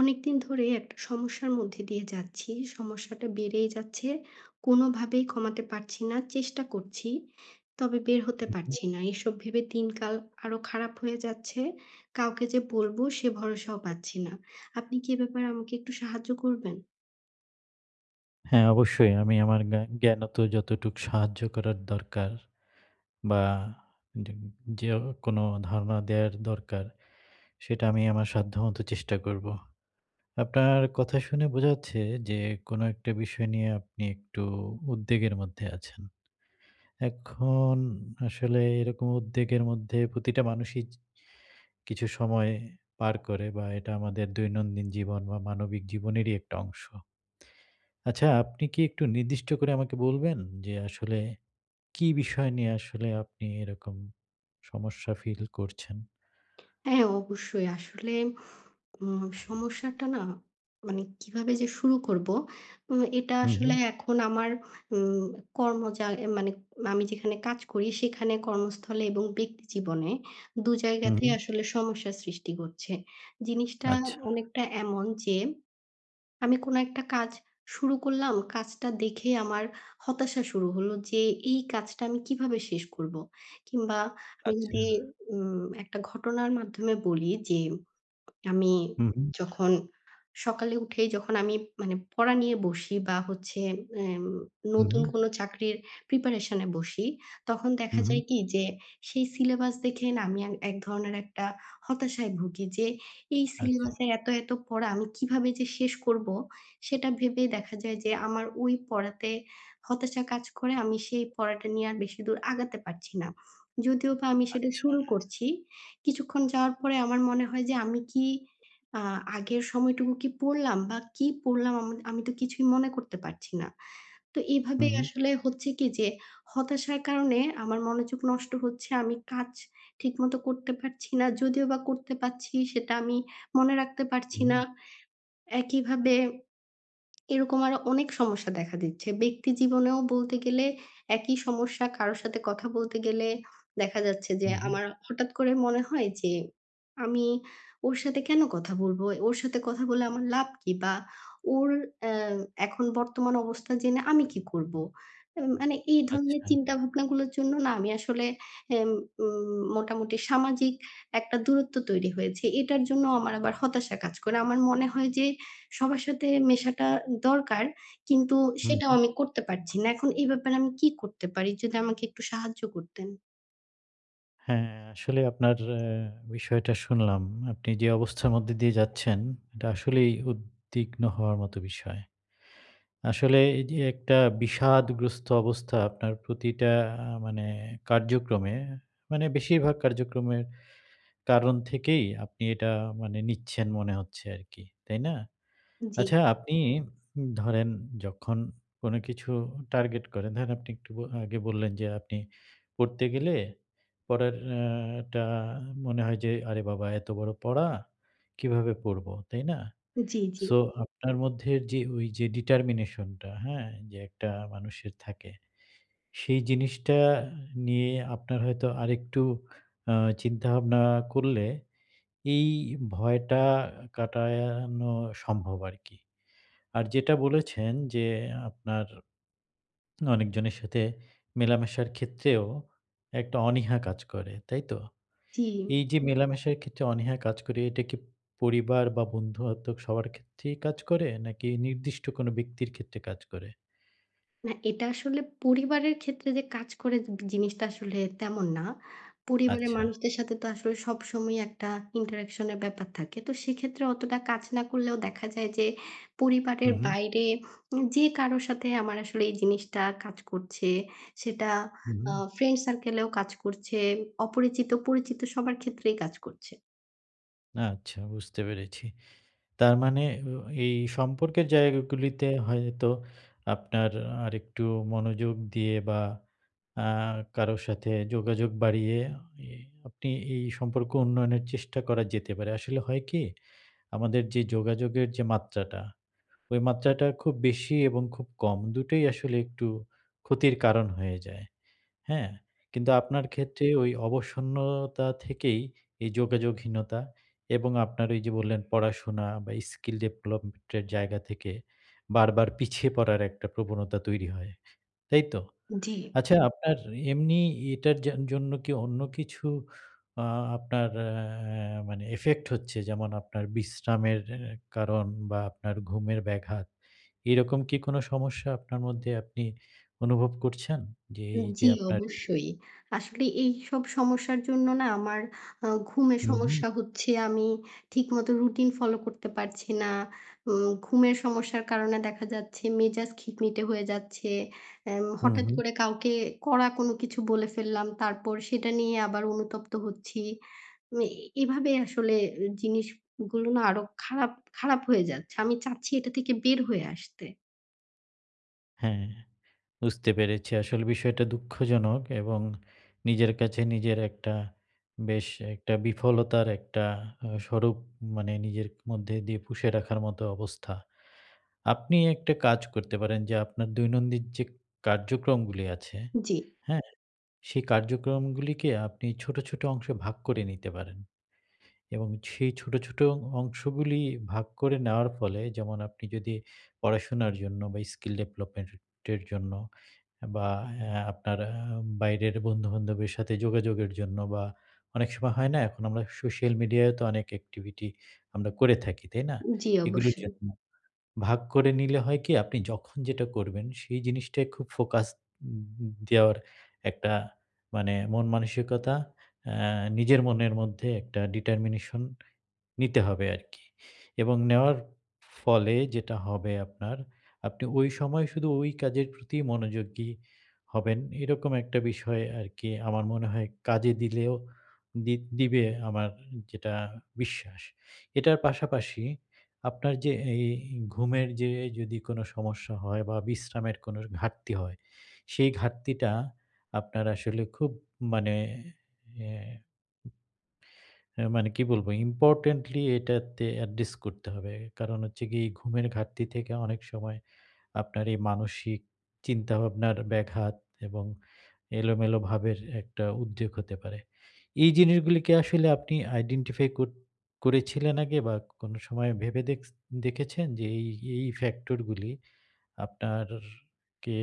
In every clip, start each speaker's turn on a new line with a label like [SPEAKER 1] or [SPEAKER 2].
[SPEAKER 1] অনেকদিন ধরেই একটা সমস্যার মধ্যে দিয়ে যাচ্ছি। সমস্যাটা বেড়েই যাচ্ছে। কোনোভাবেই কমাতে পারছি না। চেষ্টা করছি। তবে বের হতে পারছি না। এসব ভেবে দিনকাল আরো খারাপ হয়ে যাচ্ছে। কাউকে যে বলবো সে ভরসাও পাচ্ছি না। আপনি কি এ ব্যাপারে আমাকে একটু সাহায্য করবেন?
[SPEAKER 2] হ্যাঁ, অবশ্যই। আমি আমার জ্ঞানত যতটুকু সাহায্য করার দরকার বা যে যে কোনো ধারণা দেওয়ার দরকার, সেটা আমি আমার সাধ্যমত চেষ্টা করব। আপনার কথা শুনে বোঝা যাচ্ছে যে কোনো একটা বিষয় নিয়ে আপনি একটু উদ্বেগের মধ্যে আছেন। এখন আসলে এরকম উদ্বেগের মধ্যে প্রতিটা মানুষই কিছু সময় পার করে বা এটা আমাদের দৈনন্দিন জীবন বা মানবিক জীবনেরই একটা অংশ। আচ্ছা, আপনি কি একটু নির্দিষ্ট করে আমাকে বলবেন যে আসলে কি বিষয় নিয়ে আসলে আপনি এরকম সমস্যা ফিল করছেন?
[SPEAKER 1] হ্যাঁ, অবশ্যই। আসলে সমস্যাটা না মানে কিভাবে যে শুরু করব? এটা
[SPEAKER 2] হুম,
[SPEAKER 1] আসলে
[SPEAKER 2] হুম,
[SPEAKER 1] এখন আমার উম কর্ম যা মানে আমি যেখানে কাজ করি সেখানে কর্মস্থলে এবং ব্যক্তি জীবনে ২
[SPEAKER 2] হুম,
[SPEAKER 1] জায়গাতেই
[SPEAKER 2] হুম।
[SPEAKER 1] আসলে সমস্যার সৃষ্টি করছে। জিনিসটা
[SPEAKER 2] আচ্ছা,
[SPEAKER 1] অনেকটা এমন যে আমি কোনো একটা কাজ শুরু করলাম, কাজটা দেখে আমার হতাশা শুরু হলো যে এই কাজটা আমি কিভাবে শেষ করব? কিংবা আমি
[SPEAKER 2] আচ্ছা।
[SPEAKER 1] যদি একটা ঘটনার মাধ্যমে বলি যে আমি
[SPEAKER 2] হুম, হুম,
[SPEAKER 1] যখন সকালে উঠেই যখন আমি মানে পড়া নিয়ে বসি বা হচ্ছে এম
[SPEAKER 2] হুম,
[SPEAKER 1] নতুন
[SPEAKER 2] হুম,
[SPEAKER 1] কোনো চাকরির প্রিপারেশন এ বসি, তখন দেখা
[SPEAKER 2] হুম, হুম।
[SPEAKER 1] যায় কি যে সেই সিলেবাস দেখে না আমি এক ধরনের একটা হতাশায় ভুগি যে এই
[SPEAKER 2] আচ্ছা,
[SPEAKER 1] সিলেবাসের এত, এত পড়া আমি কিভাবে যে শেষ করব সেটা ভেবে দেখা যায় যে আমার ওই পড়াতে হতাশা কাজ করে আমি সেই পড়াটা নিয়ে আর বেশি দূর আগাতে পারছি না। যদিও বা আমি সেটা
[SPEAKER 2] আচ্ছা।
[SPEAKER 1] শুরু করছি কিছুক্ষণ যাওয়ার পরে আমার মনে হয় যে আমি কি আ আগের সময়টুকু কি পড়লাম বা কি পড়লাম আমি তো কিছুই মনে করতে পারছি না। তো এভাবে
[SPEAKER 2] হুম, হুম,
[SPEAKER 1] আসলে হচ্ছে কি যে হতাশার কারণে আমার মনোযোগ নষ্ট হচ্ছে। আমি কাজ ঠিকমতো করতে পারছি না। যদিও বা করতে পারছি সেটা আমি মনে রাখতে পারছি
[SPEAKER 2] হুম,
[SPEAKER 1] না। একইভাবে এরকম আরো অনেক সমস্যা দেখা দিচ্ছে। ব্যক্তি জীবনেও বলতে গেলে একই সমস্যা। কারো সাথে কথা বলতে গেলে দেখা যাচ্ছে যে
[SPEAKER 2] হুম, হুম।
[SPEAKER 1] আমার হঠাৎ করে মনে হয় যে আমি ওর সাথে কেন কথা বলবো? ওর সাথে কথা বলে আমার লাভ কি? বা ওর অ্যা এখন বর্তমান অবস্থা জেনে আমি কি করব? মানে এই ধরনের
[SPEAKER 2] আচ্ছা।
[SPEAKER 1] চিন্তাভাবনাগুলোর জন্য না আমি আসলে এম উম মোটামুটি সামাজিক একটা দূরত্ব তৈরি হয়েছে। এটার জন্য আমার আবার হতাশা কাজ করে। আমার মনে হয় যে সবার সাথে মেশাটা দরকার, কিন্তু
[SPEAKER 2] হুম,
[SPEAKER 1] সেটাও
[SPEAKER 2] হুম।
[SPEAKER 1] আমি করতে পারছি না। এখন এই ব্যাপারে আমি কি করতে পারি? যদি আমাকে একটু সাহায্য করতেন।
[SPEAKER 2] হ্যাঁ, আসলে আপনার বিষয়টা শুনলাম। আপনি যে অবস্থার মধ্যে দিয়ে যাচ্ছেন এটা আসলেই উদ্বিগ্ন হওয়ার মতো বিষয়। আসলে এই যে একটা বিষাদগ্রস্ত অবস্থা আপনার প্রতিটা মানে কার্যক্রমে, মানে বেশিরভাগ কার্যক্রমের কারণ থেকেই আপনি এটা মানে নিচ্ছেন মনে হচ্ছে আরকি, তাই না?
[SPEAKER 1] জি,
[SPEAKER 2] আচ্ছা, আপনি ধরেন যখন কোনো কিছু টার্গেট করেন, ধরেন আপনি একটু আগে বললেন যে আপনি পড়তে গেলে পড়ার টা মনে হয় যে, "আরে বাবা! এত বড় পড়া, কিভাবে পড়বো?" তাই না?
[SPEAKER 1] জি, জি,
[SPEAKER 2] সো আপনার মধ্যে যে ওই যে ডিটারমিনেশনটা, হ্যাঁ? যে একটা মানুষের থাকে, সেই জিনিসটা নিয়ে আপনার হয়তো আরেকটু আ চিন্তাভাবনা করলে এই ভয়টা কাটানো সম্ভব আরকি। আর যেটা বলেছেন যে আপনার অনেকজনের সাথে মেলামেশার ক্ষেত্রেও একটা অনীহা কাজ করে, তাই তো?
[SPEAKER 1] জি।
[SPEAKER 2] এই যে মেলামেশার ক্ষেত্রে অনীহা কাজ করে, এটা কি পরিবার বা বন্ধু-বান্ধব সবার ক্ষেত্রেই কাজ করে? নাকি নির্দিষ্ট কোনো ব্যক্তির ক্ষেত্রে কাজ করে?
[SPEAKER 1] না, এটা আসলে পরিবারের ক্ষেত্রে যে কাজ করে জিনিসটা আসলে তেমন না। পরিবারের
[SPEAKER 2] আচ্ছা।
[SPEAKER 1] মানুষদের সাথে তো আসলে সবসময়ই একটা interaction এর ব্যাপার থাকে। তো সেক্ষেত্রে অতটা কাজ না করলেও দেখা যায় যে
[SPEAKER 2] হু,
[SPEAKER 1] পরিবারের
[SPEAKER 2] হু,
[SPEAKER 1] বাইরে যে কারো সাথে আমার আসলে এই জিনিসটা কাজ করছে, সেটা
[SPEAKER 2] হু, হু।
[SPEAKER 1] ফ্রেন্ড সার্কেলেও কাজ করছে, অপরিচিত, পরিচিত সবার ক্ষেত্রেই কাজ করছে।
[SPEAKER 2] আচ্ছা, বুঝতে পেরেছি। তার মানে ও এই সম্পর্কের জায়গাগুলিতে হয়তো আপনার আরেকটু মনোযোগ দিয়ে বা আ কারো সাথে যোগাযোগ বাড়িয়ে এ আপনি এই সম্পর্ক উন্নয়নের চেষ্টা করা যেতে পারে। আসলে হয় কি? আমাদের যে যোগাযোগের যে মাত্রাটা ওই মাত্রাটা খুব বেশি এবং খুব কম দুটোই আসলে একটু ক্ষতির কারণ হয়ে যায়। হ্যাঁ? কিন্তু আপনার ক্ষেত্রে ওই অবসন্নতা থেকেই এই যোগাযোগহীনতা এবং আপনার এই যে বললেন পড়াশোনা বা স্কিল ডেভেলপমেন্ট এর জায়গা থেকে বারবার পিছিয়ে পড়ার একটা প্রবণতা তৈরি হয়। তাই তো?
[SPEAKER 1] জি।
[SPEAKER 2] আচ্ছা, আপনার এমনি এটার জন্য কি অন্য কিছু আ আপনার মানে এফেক্ট হচ্ছে? যেমন আপনার বিশ্রামের কারণ বা আপনার ঘুমের ব্যাঘাত। এরকম কি কোনো সমস্যা আপনার মধ্যে আপনি অনুভব করছেন? যে এই
[SPEAKER 1] জি,
[SPEAKER 2] যে আপনার এই।
[SPEAKER 1] অবশ্যই। আসলে এইসব সমস্যার জন্য না আমার ঘুমের
[SPEAKER 2] হুম, হুম,
[SPEAKER 1] সমস্যা হচ্ছে। আমি ঠিকমতো রুটিন ফলো করতে পারছি না। ঘুমের সমস্যার কারণে দেখা যাচ্ছে মেজাজ খিটমিটে হয়ে যাচ্ছে।
[SPEAKER 2] হুম,
[SPEAKER 1] হঠাৎ
[SPEAKER 2] হুম।
[SPEAKER 1] করে কাউকে কড়া কোনো কিছু বলে ফেললাম, তারপর সেটা নিয়ে আবার অনুতপ্ত হচ্ছি। এ এভাবে আসলে জিনিসগুলো না আরো খারাপ, খারাপ হয়ে যাচ্ছে। আমি চাচ্ছি এটা থেকে বের হয়ে আসতে।
[SPEAKER 2] হ্যাঁ, বুঝতে পেরেছি। আসলে বিষয়টা দুঃখজনক এবং নিজের কাছে নিজের একটা বেশ একটা বিফলতার একটা স্বরূপ মানে নিজের মধ্যে দিয়ে পুষে রাখার মতো অবস্থা। আপনি একটা কাজ করতে পারেন যে আপনার দৈনন্দিন যে কার্যক্রমগুলি আছে,
[SPEAKER 1] জি,
[SPEAKER 2] হ্যাঁ? সেই কার্যক্রমগুলিকে আপনি ছোট, ছোট অংশে ভাগ করে নিতে পারেন এবং সেই ছোট, ছোট অংশগুলি ভাগ করে নেওয়ার ফলে যেমন আপনি যদি পড়াশোনার জন্য বা স্কিল ডেভেলপমেন্ট এর জন্য বা আপনার বাইরের বন্ধু-বান্ধবের সাথে যোগাযোগের জন্য বা অনেক সময় হয় না এখন আমরা সোশ্যাল মিডিয়ায় তো অনেক অ্যাক্টিভিটি আমরা করে থাকি, তাই না?
[SPEAKER 1] জি
[SPEAKER 2] এগুলোর
[SPEAKER 1] অবশ্যই।
[SPEAKER 2] জন্য ভাগ করে নিলে হয় কি আপনি যখন যেটা করবেন সেই জিনিসটায় খুব ফোকাস দেওয়ার একটা মানে মন মানসিকতা আ নিজের মনের মধ্যে একটা ডিটারমিনেশন নিতে হবে আরকি। এবং নেওয়ার ফলে যেটা হবে আপনার, আপনি ওই সময় শুধু ওই কাজের প্রতি মনোযোগী হবেন। এরকম একটা বিষয় আরকি আমার মনে হয় কাজে দিলেও দিবে আমার যেটা বিশ্বাস। এটার পাশাপাশি আপনার যে এই ঘুমের যে যদি কোনো সমস্যা হয় বা বিশ্রামের কোনো ঘাটতি হয়, সেই ঘাটতিটা আপনার আসলে খুব মানে এ হ্যাঁ, মানে কি বলবো? ইম্পোর্টেন্টলি এটাতে অ্যাড্রেস করতে হবে। কারণ হচ্ছে গিয়ে ঘুমের ঘাটতি থেকে অনেক সময় আপনার এই মানসিক চিন্তাভাবনার ব্যাঘাত এবং এলোমেলো ভাবের একটা উদ্বেগ হতে পারে। এই জিনিসগুলি কি আসলে আপনি আইডেন্টিফাই করেছিলেন আগে বা কোনো সময় ভেবে দেখেছেন যে এই, এই ফ্যাক্টর গুলি আপনারকে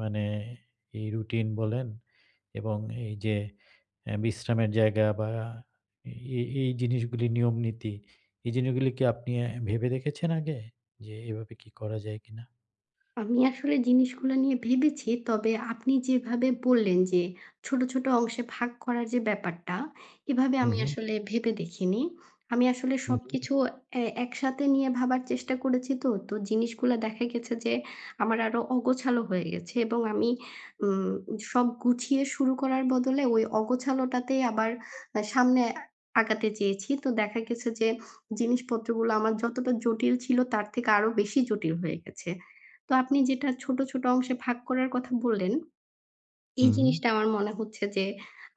[SPEAKER 2] মানে এই রুটিন বলেন এবং এই যে বিশ্রামের জায়গা বা এই, এই জিনিসগুলি নিয়ম নীতি এই জিনিসগুলি কি আপনি ভেবে দেখেছেন আগে যে এভাবে কি করা যায় কিনা?
[SPEAKER 1] আমি আসলে জিনিসগুলো নিয়ে ভেবেছি। তবে আপনি যেভাবে বললেন যে, ছোট, ছোট অংশে ভাগ করার যে ব্যাপারটা, এভাবে
[SPEAKER 2] হু,
[SPEAKER 1] আমি
[SPEAKER 2] হু,
[SPEAKER 1] আসলে ভেবে দেখিনি। আমি আসলে
[SPEAKER 2] হু, হু,
[SPEAKER 1] সবকিছু একসাথে নিয়ে ভাবার চেষ্টা করেছি তো। তো জিনিসগুলা দেখা গেছে যে, আমার আরো অগোছালো হয়ে গেছে এবং আমি উম সব গুছিয়ে শুরু করার বদলে ওই অগোছালোটাতেই আবার সামনে আগাতে চেয়েছি। তো দেখা গেছে যে, জিনিসপত্রগুলো আমার যতটা জটিল ছিল তার থেকে আরো বেশি জটিল হয়ে গেছে। তো আপনি যেটা ছোট, ছোট অংশে ভাগ করার কথা বললেন,
[SPEAKER 2] হু,
[SPEAKER 1] এই
[SPEAKER 2] হু,
[SPEAKER 1] জিনিসটা আমার মনে হচ্ছে যে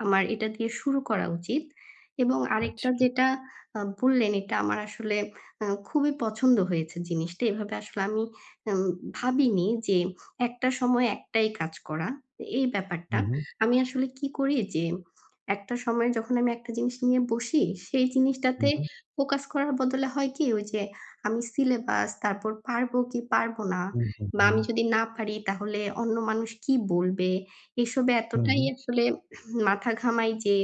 [SPEAKER 1] আমার এটা দিয়ে শুরু করা উচিত। এবং আরেকটা
[SPEAKER 2] আচ্ছা।
[SPEAKER 1] যেটা বললেন এটা আমার আসলে খুবই পছন্দ হয়েছে জিনিসটা। এভাবে আসলে আমি আম ভাবিনি যে একটা সময় একটাই কাজ করা। এই ব্যাপারটা।
[SPEAKER 2] হু, হু,
[SPEAKER 1] আমি আসলে কি করি যে একটা সময় যখন আমি একটা জিনিস নিয়ে বসি সেই জিনিসটাতে
[SPEAKER 2] হু,
[SPEAKER 1] ফোকাস করার বদলে হয় কি ওই যে আমি সিলেবাস তারপর পারবো কি পারবো না
[SPEAKER 2] হু, হু,
[SPEAKER 1] বা
[SPEAKER 2] হু,
[SPEAKER 1] আমি যদি না পারি তাহলে অন্য মানুষ কি বলবে এসবে
[SPEAKER 2] হু,
[SPEAKER 1] এতটাই
[SPEAKER 2] হু,
[SPEAKER 1] আসলে মাথা ঘামাই যে,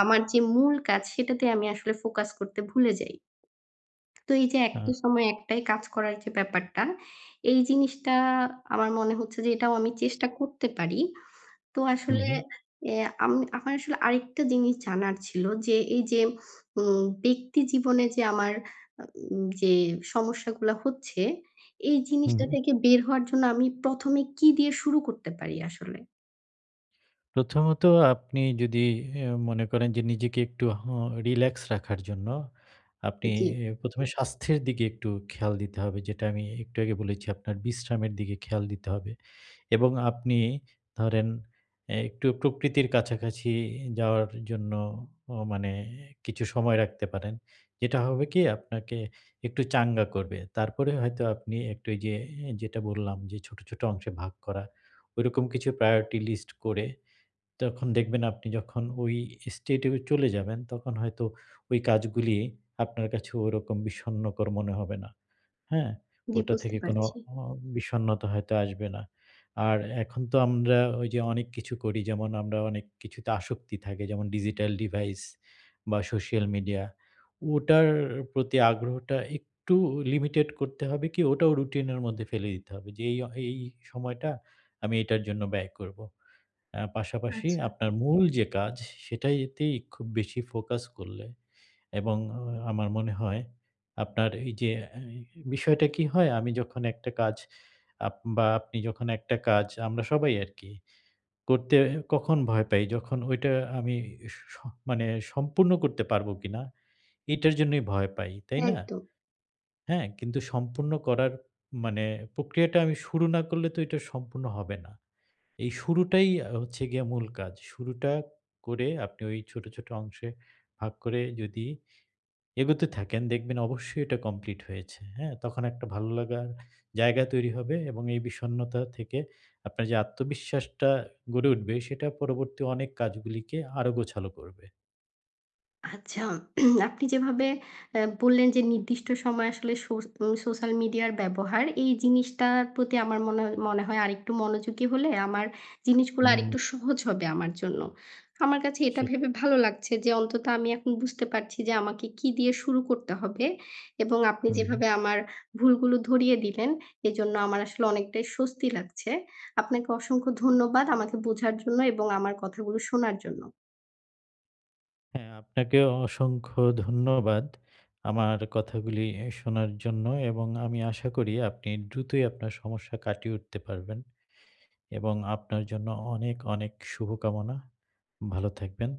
[SPEAKER 1] আমার যে মূল কাজ সেটাতে আমি আসলে ফোকাস করতে ভুলে যাই। তো এই যে
[SPEAKER 2] আ
[SPEAKER 1] একটা সময় একটাই কাজ করার যে ব্যাপারটা, এই জিনিসটা আমার মনে হচ্ছে যে এটাও আমি চেষ্টা করতে পারি। তো
[SPEAKER 2] হু,
[SPEAKER 1] আসলে
[SPEAKER 2] হু,
[SPEAKER 1] এ আম আমার আসলে আরেকটা জিনিস জানার ছিল যে এই যে ব্যক্তি জীবনে যে আমার আ উম যে সমস্যাগুলা হচ্ছে, এই
[SPEAKER 2] হু,
[SPEAKER 1] জিনিসটা
[SPEAKER 2] হু।
[SPEAKER 1] থেকে বের হওয়ার জন্য আমি ১ম এ কি দিয়ে শুরু করতে পারি আসলে?
[SPEAKER 2] প্রথমত আপনি যদি মনে করেন যে নিজেকে একটু রিল্যাক্স রাখার জন্য আপনি
[SPEAKER 1] জি।
[SPEAKER 2] প্রথম এ স্বাস্থ্যের দিকে একটু খেয়াল দিতে হবে। যেটা আমি একটু আগে বলেছি আপনার বিশ্রামের দিকে খেয়াল দিতে হবে। এবং আপনি ধরেন একটু প্রকৃতির কাছাকাছি যাওয়ার জন্য মানে কিছু সময় রাখতে পারেন। যেটা হবে কি আপনাকে একটু চাঙ্গা করবে। তারপরে হয়তো আপনি একটু ওই যে যেটা বললাম যে ছোট, ছোট অংশে ভাগ করা। ওইরকম কিছু priority list করে তখন দেখবেন আপনি যখন ওই state এ চলে যাবেন তখন হয়তো ওই কাজগুলি আপনার কাছে ওরকম বিষণ্ণকর মনে হবে না। হ্যাঁ?
[SPEAKER 1] জি,
[SPEAKER 2] ওটা
[SPEAKER 1] বুঝতে
[SPEAKER 2] থেকে কোনো
[SPEAKER 1] পারছি।
[SPEAKER 2] অ বিষণ্ণতা হয়তো আসবে না। আর এখন তো আমরা ওই যে অনেক কিছু করি যেমন আমরা অনেক কিছুতে আসক্তি থাকে যেমন ডিজিটাল ডিভাইস বা সোশ্যাল মিডিয়া। ওটার প্রতি আগ্রহটা একটু লিমিটেড করতে হবে কি ওটাও রুটিনের মধ্যে ফেলে দিতে হবে যে এই, এই সময়টা আমি এটার জন্য ব্যয় করব। পাশাপাশি
[SPEAKER 1] আচ্ছা,
[SPEAKER 2] আপনার মূল যে কাজ সেটাইতেই খুব বেশি ফোকাস করলে এবং আমার মনে হয় আপনার এই যে বিষয়টা কি হয়? আমি যখন একটা কাজ বা আপনি যখন একটা কাজ আমরা সবাই আরকি করতে কখন ভয় পাই? যখন ওইটা আমি স মানে সম্পূর্ণ করতে পারবো কিনা এটার জন্যই ভয় পাই, তাই না?
[SPEAKER 1] একদম।
[SPEAKER 2] হ্যাঁ, কিন্তু সম্পূর্ণ করার মানে প্রক্রিয়াটা আমি শুরু না করলে তো এটা সম্পূর্ণ হবে না। এই শুরুটাই হচ্ছে গিয়ে মূল কাজ। শুরুটা করে আপনি ওই ছোট, ছোট অংশে ভাগ করে যদি এগোতে থাকেন, দেখবেন অবশ্যই এটা কমপ্লিট হয়েছে। হ্যাঁ? তখন একটা ভালো লাগার জায়গা তৈরি হবে এবং এই বিষণ্ণতা থেকে আপনার যে আত্মবিশ্বাসটা গড়ে উঠবে, সেটা পরবর্তী অনেক কাজগুলিকে আরো গোছালো করবে।
[SPEAKER 1] আচ্ছা, আপনি যেভাবে বললেন যে নির্দিষ্ট সময় আসলে সো উম সোশ্যাল মিডিয়ার ব্যবহার, এই জিনিসটার প্রতি আমার মনে মনে হয় আরেকটু মনোযোগী হলে আমার জিনিসগুলো
[SPEAKER 2] হুম,
[SPEAKER 1] আরেকটু সহজ হবে আমার জন্য। আমার কাছে এটা ভেবে
[SPEAKER 2] সেটাই।
[SPEAKER 1] ভালো লাগছে যে অন্তত আমি এখন বুঝতে পারছি যে আমাকে কি দিয়ে শুরু করতে হবে এবং আপনি
[SPEAKER 2] হুম, হুম।
[SPEAKER 1] যেভাবে আমার ভুলগুলো ধরিয়ে দিলেন, এজন্য আমার আসলে অনেকটাই স্বস্তি লাগছে। আপনাকে অসংখ্য ধন্যবাদ আমাকে বোঝার জন্য এবং আমার কথাগুলো শোনার জন্য।
[SPEAKER 2] হ্যাঁ, আপনাকে অসংখ্য ধন্যবাদ আমার কথাগুলি শোনার জন্য এবং আমি আশা করি আপনি দ্রুতই আপনার সমস্যা কাটিয়ে উঠতে পারবেন এবং আপনার জন্য অনেক, অনেক শুভকামনা। ভালো থাকবেন।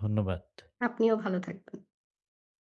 [SPEAKER 2] ধন্যবাদ।
[SPEAKER 1] আপনিও ভালো থাকবেন।